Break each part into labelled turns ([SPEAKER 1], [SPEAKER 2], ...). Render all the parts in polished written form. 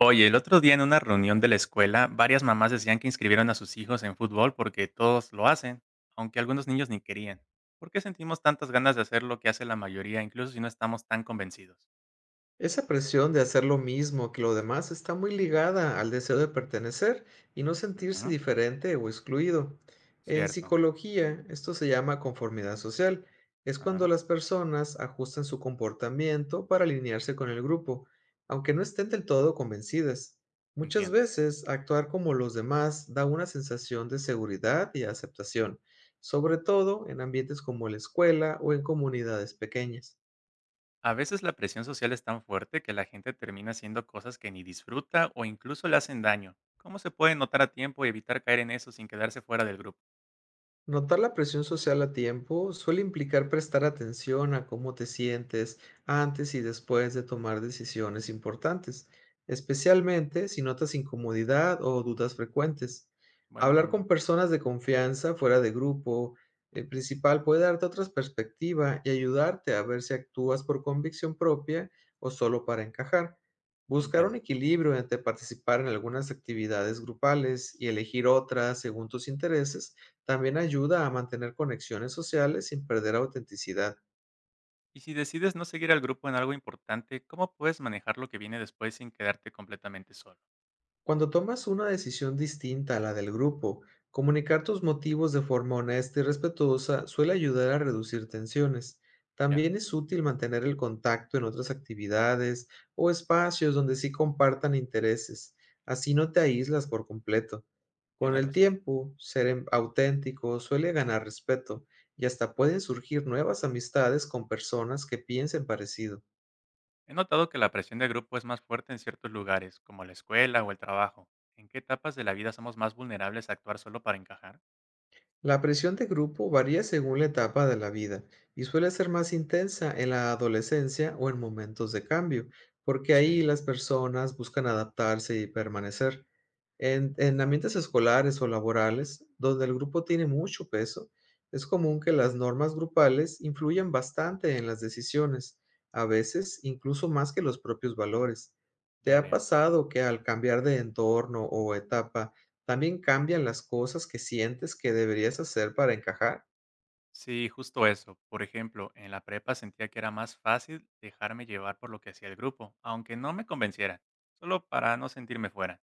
[SPEAKER 1] Oye, el otro día en una reunión de la escuela, varias mamás decían que inscribieron a sus hijos en fútbol porque todos lo hacen, aunque algunos niños ni querían. ¿Por qué sentimos tantas ganas de hacer lo que hace la mayoría, incluso si no estamos tan convencidos?
[SPEAKER 2] Esa presión de hacer lo mismo que los demás está muy ligada al deseo de pertenecer y no sentirse
[SPEAKER 1] Ujú.
[SPEAKER 2] diferente o excluido. En
[SPEAKER 1] Cierto.
[SPEAKER 2] psicología, esto se llama conformidad social. Es cuando
[SPEAKER 1] Ajá.
[SPEAKER 2] las personas ajustan su comportamiento para alinearse con el grupo, aunque no estén del todo convencidas. Muchas
[SPEAKER 1] Entiendo.
[SPEAKER 2] veces, actuar como los demás da una sensación de seguridad y aceptación, sobre todo en ambientes como la escuela o en comunidades pequeñas.
[SPEAKER 1] A veces la presión social es tan fuerte que la gente termina haciendo cosas que ni disfruta o incluso le hacen daño. ¿Cómo se puede notar a tiempo y evitar caer en eso sin quedarse fuera del grupo?
[SPEAKER 2] Notar la presión social a tiempo suele implicar prestar atención a cómo te sientes antes y después de tomar decisiones importantes, especialmente si notas incomodidad o dudas frecuentes.
[SPEAKER 1] Buen
[SPEAKER 2] Hablar con
[SPEAKER 1] punto.
[SPEAKER 2] personas de confianza fuera de grupo, el principal puede darte otra perspectiva y ayudarte a ver si actúas por convicción propia o solo para encajar. Buscar un
[SPEAKER 1] Comprendo.
[SPEAKER 2] equilibrio entre participar en algunas actividades grupales y elegir otras según tus intereses también ayuda a mantener conexiones sociales sin perder autenticidad.
[SPEAKER 1] Y si decides no seguir al grupo en algo importante, ¿cómo puedes manejar lo que viene después sin quedarte completamente solo?
[SPEAKER 2] Cuando tomas una decisión distinta a la del grupo, comunicar tus motivos de forma honesta y respetuosa suele ayudar a reducir tensiones.
[SPEAKER 1] Ya,
[SPEAKER 2] También es útil mantener el contacto en otras actividades o espacios donde sí compartan intereses. Así no te aíslas por completo. Con
[SPEAKER 1] tienes
[SPEAKER 2] el
[SPEAKER 1] razón.
[SPEAKER 2] tiempo, ser auténtico suele ganar respeto y hasta pueden surgir nuevas amistades con personas que piensen parecido.
[SPEAKER 1] He notado que la presión de grupo es más fuerte en ciertos lugares, como la escuela o el trabajo. ¿En qué etapas de la vida somos más vulnerables a actuar solo para encajar?
[SPEAKER 2] La presión de grupo varía según la etapa de la vida y suele ser más intensa en la adolescencia o en momentos de cambio, porque ahí
[SPEAKER 1] Sí,
[SPEAKER 2] las personas buscan adaptarse y permanecer. En ambientes escolares o laborales, donde el grupo tiene mucho peso, es común que las normas grupales influyan bastante en las decisiones, a veces incluso más que los propios valores. ¿Te
[SPEAKER 1] ya
[SPEAKER 2] ha
[SPEAKER 1] veo.
[SPEAKER 2] pasado que al cambiar de entorno o etapa, también cambian las cosas que sientes que deberías hacer para encajar?
[SPEAKER 1] Sí, justo eso. Por ejemplo, en la prepa sentía que era más fácil dejarme llevar por lo que hacía el grupo, aunque no me convenciera, solo para no sentirme fuera.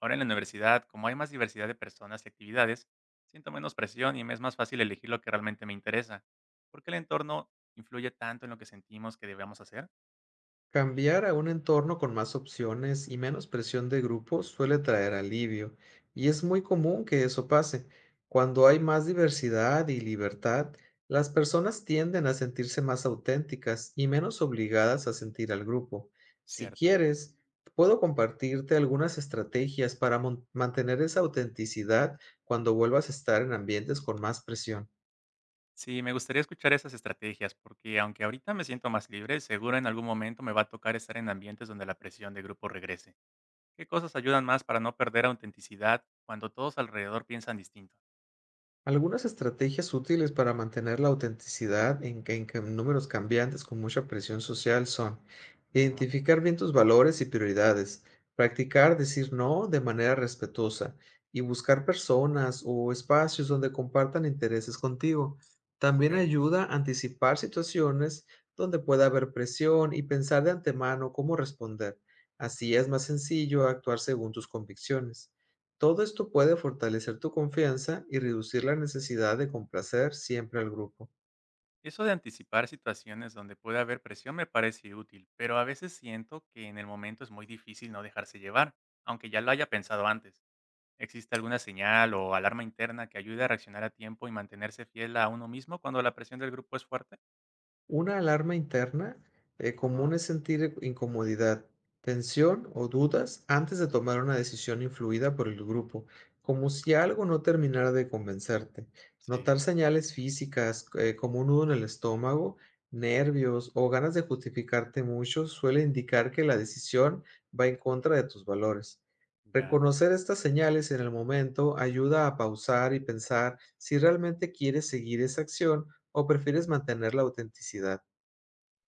[SPEAKER 1] Ahora en la universidad, como hay más diversidad de personas y actividades, siento menos presión y me es más fácil elegir lo que realmente me interesa. ¿Por qué el entorno influye tanto en lo que sentimos que debemos hacer?
[SPEAKER 2] Cambiar a un entorno con más opciones y menos presión de grupo suele traer alivio, y es muy común que eso pase. Cuando hay más diversidad y libertad, las personas tienden a sentirse más auténticas y menos obligadas a sentir al grupo. Si
[SPEAKER 1] Cierto.
[SPEAKER 2] quieres, puedo compartirte algunas estrategias para mantener esa autenticidad cuando vuelvas a estar en ambientes con más presión.
[SPEAKER 1] Sí, me gustaría escuchar esas estrategias, porque aunque ahorita me siento más libre, seguro en algún momento me va a tocar estar en ambientes donde la presión de grupo regrese. ¿Qué cosas ayudan más para no perder autenticidad cuando todos alrededor piensan distinto?
[SPEAKER 2] Algunas estrategias útiles para mantener la autenticidad en, números cambiantes con mucha presión social son
[SPEAKER 1] Ajá,
[SPEAKER 2] identificar bien tus valores y prioridades, practicar decir no de manera respetuosa y buscar personas o espacios donde compartan intereses contigo. También
[SPEAKER 1] ok.
[SPEAKER 2] ayuda a anticipar situaciones donde pueda haber presión y pensar de antemano cómo responder. Así es más sencillo actuar según tus convicciones. Todo esto puede fortalecer tu confianza y reducir la necesidad de complacer siempre al grupo.
[SPEAKER 1] Eso de anticipar situaciones donde puede haber presión me parece útil, pero a veces siento que en el momento es muy difícil no dejarse llevar, aunque ya lo haya pensado antes. ¿Existe alguna señal o alarma interna que ayude a reaccionar a tiempo y mantenerse fiel a uno mismo cuando la presión del grupo es fuerte?
[SPEAKER 2] Una alarma interna común
[SPEAKER 1] Ajá,
[SPEAKER 2] es sentir incomodidad, tensión o dudas antes de tomar una decisión influida por el grupo, como si algo no terminara de convencerte. Notar
[SPEAKER 1] sí,
[SPEAKER 2] señales físicas como un nudo en el estómago, nervios o ganas de justificarte mucho suele indicar que la decisión va en contra de tus valores.
[SPEAKER 1] ya.
[SPEAKER 2] Reconocer estas señales en el momento ayuda a pausar y pensar si realmente quieres seguir esa acción, ¿o prefieres mantener la autenticidad?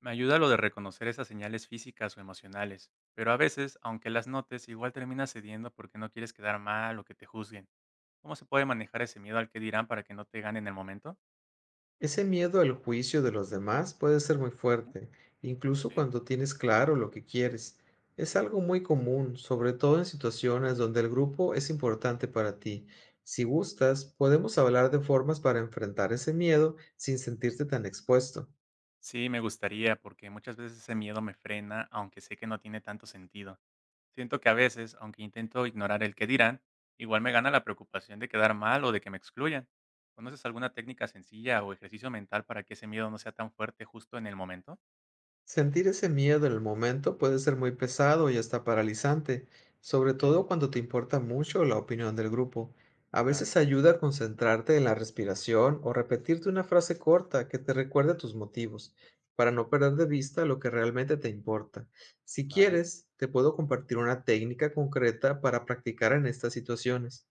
[SPEAKER 1] Me ayuda lo de reconocer esas señales físicas o emocionales, pero a veces, aunque las notes, igual terminas cediendo porque no quieres quedar mal o que te juzguen. ¿Cómo se puede manejar ese miedo al que dirán para que no te gane en el momento?
[SPEAKER 2] Ese miedo al juicio de los demás puede ser muy fuerte, incluso
[SPEAKER 1] Sí.
[SPEAKER 2] cuando tienes claro lo que quieres. Es algo muy común, sobre todo en situaciones donde el grupo es importante para ti. Si gustas, podemos hablar de formas para enfrentar ese miedo sin sentirte tan expuesto.
[SPEAKER 1] Sí, me gustaría, porque muchas veces ese miedo me frena, aunque sé que no tiene tanto sentido. Siento que a veces, aunque intento ignorar el que dirán, igual me gana la preocupación de quedar mal o de que me excluyan. ¿Conoces alguna técnica sencilla o ejercicio mental para que ese miedo no sea tan fuerte justo en el momento?
[SPEAKER 2] Sentir ese miedo en el momento puede ser muy pesado y hasta paralizante, sobre
[SPEAKER 1] Sí.
[SPEAKER 2] todo cuando te importa mucho la opinión del grupo. A
[SPEAKER 1] Claro,
[SPEAKER 2] veces ayuda a concentrarte en la respiración o repetirte una frase corta que te recuerde tus motivos, para no perder de vista lo que realmente te importa. Si
[SPEAKER 1] vale.
[SPEAKER 2] quieres, te puedo compartir una técnica concreta para practicar en estas situaciones.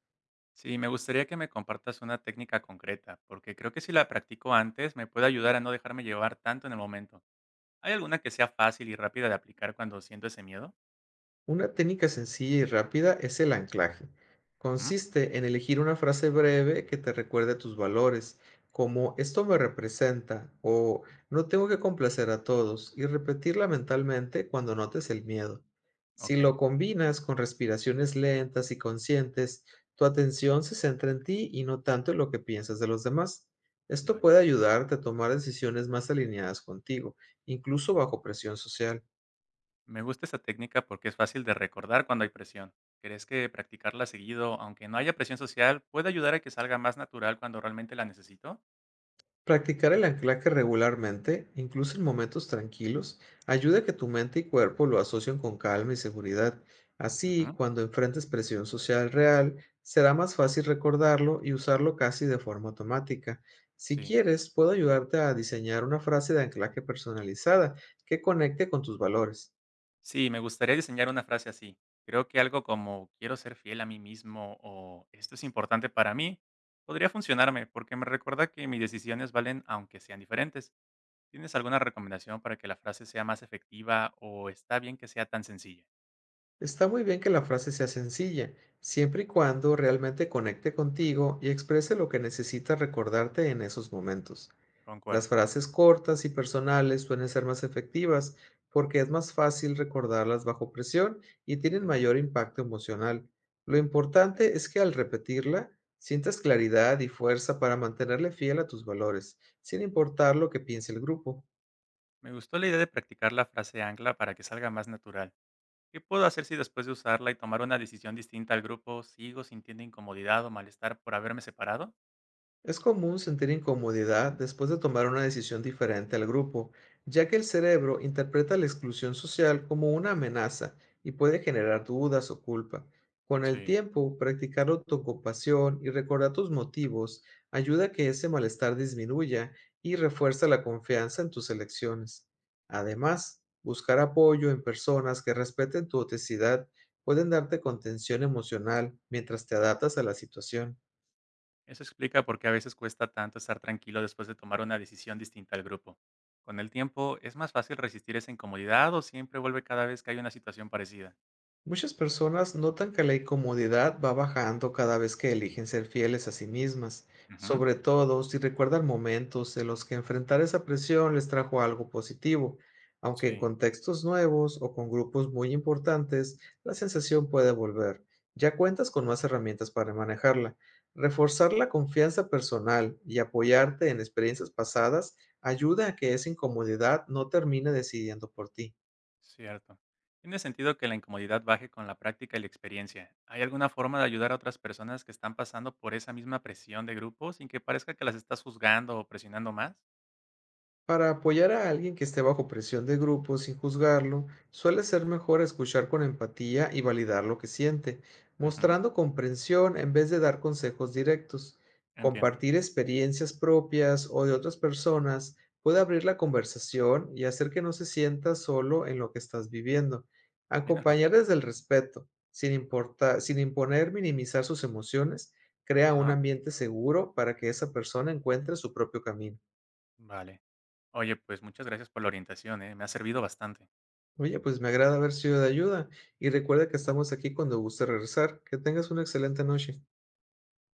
[SPEAKER 1] Sí, me gustaría que me compartas una técnica concreta, porque creo que si la practico antes me puede ayudar a no dejarme llevar tanto en el momento. ¿Hay alguna que sea fácil y rápida de aplicar cuando siento ese miedo?
[SPEAKER 2] Una técnica sencilla y rápida es el anclaje.
[SPEAKER 1] Ujú.
[SPEAKER 2] Consiste en elegir una frase breve que te recuerde tus valores, como "esto me representa" o "no tengo que complacer a todos", y repetirla mentalmente cuando notes el miedo. Si
[SPEAKER 1] Ok,
[SPEAKER 2] lo combinas con respiraciones lentas y conscientes, tu atención se centra en ti y no tanto en lo que piensas de los demás. Esto
[SPEAKER 1] vale.
[SPEAKER 2] puede ayudarte a tomar decisiones más alineadas contigo, incluso bajo presión social.
[SPEAKER 1] Me gusta esa técnica porque es fácil de recordar cuando hay presión. ¿Crees que practicarla seguido, aunque no haya presión social, puede ayudar a que salga más natural cuando realmente la necesito?
[SPEAKER 2] Practicar el anclaje regularmente, incluso en momentos tranquilos, ayuda a que tu mente y cuerpo lo asocien con calma y seguridad. Así,
[SPEAKER 1] Ujú.
[SPEAKER 2] cuando enfrentes presión social real, será más fácil recordarlo y usarlo casi de forma automática. Si
[SPEAKER 1] Sí.
[SPEAKER 2] quieres, puedo ayudarte a diseñar una frase de anclaje personalizada que conecte con tus valores.
[SPEAKER 1] Sí, me gustaría diseñar una frase así. Creo que algo como quiero ser fiel a mí mismo o esto es importante para mí podría funcionarme porque me recuerda que mis decisiones valen aunque sean diferentes. ¿Tienes alguna recomendación para que la frase sea más efectiva o está bien que sea tan sencilla?
[SPEAKER 2] Está muy bien que la frase sea sencilla, siempre y cuando realmente conecte contigo y exprese lo que necesitas recordarte en esos momentos. Las
[SPEAKER 1] Concuerdo.
[SPEAKER 2] frases cortas y personales suelen ser más efectivas porque es más fácil recordarlas bajo presión y tienen
[SPEAKER 1] Ujú.
[SPEAKER 2] mayor impacto emocional. Lo
[SPEAKER 1] Sí.
[SPEAKER 2] importante es que al repetirla sientas claridad y fuerza para mantenerle fiel a tus valores, sin importar lo que piense el grupo.
[SPEAKER 1] Me gustó la idea de practicar la frase ancla para que salga más natural. ¿Qué puedo hacer si después de usarla y tomar una decisión distinta al grupo sigo sintiendo incomodidad o malestar por haberme separado?
[SPEAKER 2] Es común sentir incomodidad después de tomar una decisión diferente al grupo, ya que el cerebro interpreta la exclusión social como una amenaza y puede generar dudas o culpa. Con el
[SPEAKER 1] Sí.
[SPEAKER 2] tiempo, practicar autocompasión y recordar tus motivos ayuda a que ese malestar disminuya y refuerza la confianza en tus elecciones. Además, buscar apoyo en personas que respeten tu autenticidad pueden darte contención emocional mientras te adaptas a la situación.
[SPEAKER 1] Eso explica por qué a veces cuesta tanto estar tranquilo después de tomar una decisión distinta al grupo. Con el tiempo, ¿es más fácil resistir esa incomodidad o siempre vuelve cada vez que hay una situación parecida?
[SPEAKER 2] Muchas personas notan que la incomodidad va bajando cada vez que eligen ser fieles a sí mismas,
[SPEAKER 1] Ujú.
[SPEAKER 2] sobre todo si recuerdan momentos en los que enfrentar esa presión les trajo algo positivo, aunque en
[SPEAKER 1] Sí,
[SPEAKER 2] contextos nuevos o con grupos muy importantes, la sensación puede volver. Ya cuentas con más herramientas para manejarla. Reforzar la confianza personal y apoyarte en experiencias pasadas ayuda a que esa incomodidad no termine decidiendo por ti.
[SPEAKER 1] cierto. Tiene sentido que la incomodidad baje con la práctica y la experiencia. ¿Hay alguna forma de ayudar a otras personas que están pasando por esa misma presión de grupo sin que parezca que las estás juzgando o presionando más?
[SPEAKER 2] Para apoyar a alguien que esté bajo presión de grupo sin juzgarlo, suele ser mejor escuchar con empatía y validar lo que siente,
[SPEAKER 1] Ujú.
[SPEAKER 2] mostrando comprensión en vez de dar consejos directos.
[SPEAKER 1] Entiendo.
[SPEAKER 2] Compartir experiencias propias o de otras personas puede abrir la conversación y hacer que no se sienta solo en lo que estás viviendo.
[SPEAKER 1] Tienes
[SPEAKER 2] Acompañar
[SPEAKER 1] razón.
[SPEAKER 2] desde el respeto, sin importar, sin imponer minimizar sus emociones, crea un
[SPEAKER 1] Ajá.
[SPEAKER 2] ambiente seguro para que esa persona encuentre su propio camino.
[SPEAKER 1] Vale. Oye, pues muchas gracias por la orientación, ¿eh? Me ha servido bastante.
[SPEAKER 2] Oye, pues me agrada haber sido de ayuda y recuerda que estamos aquí cuando guste regresar. Que tengas una excelente noche.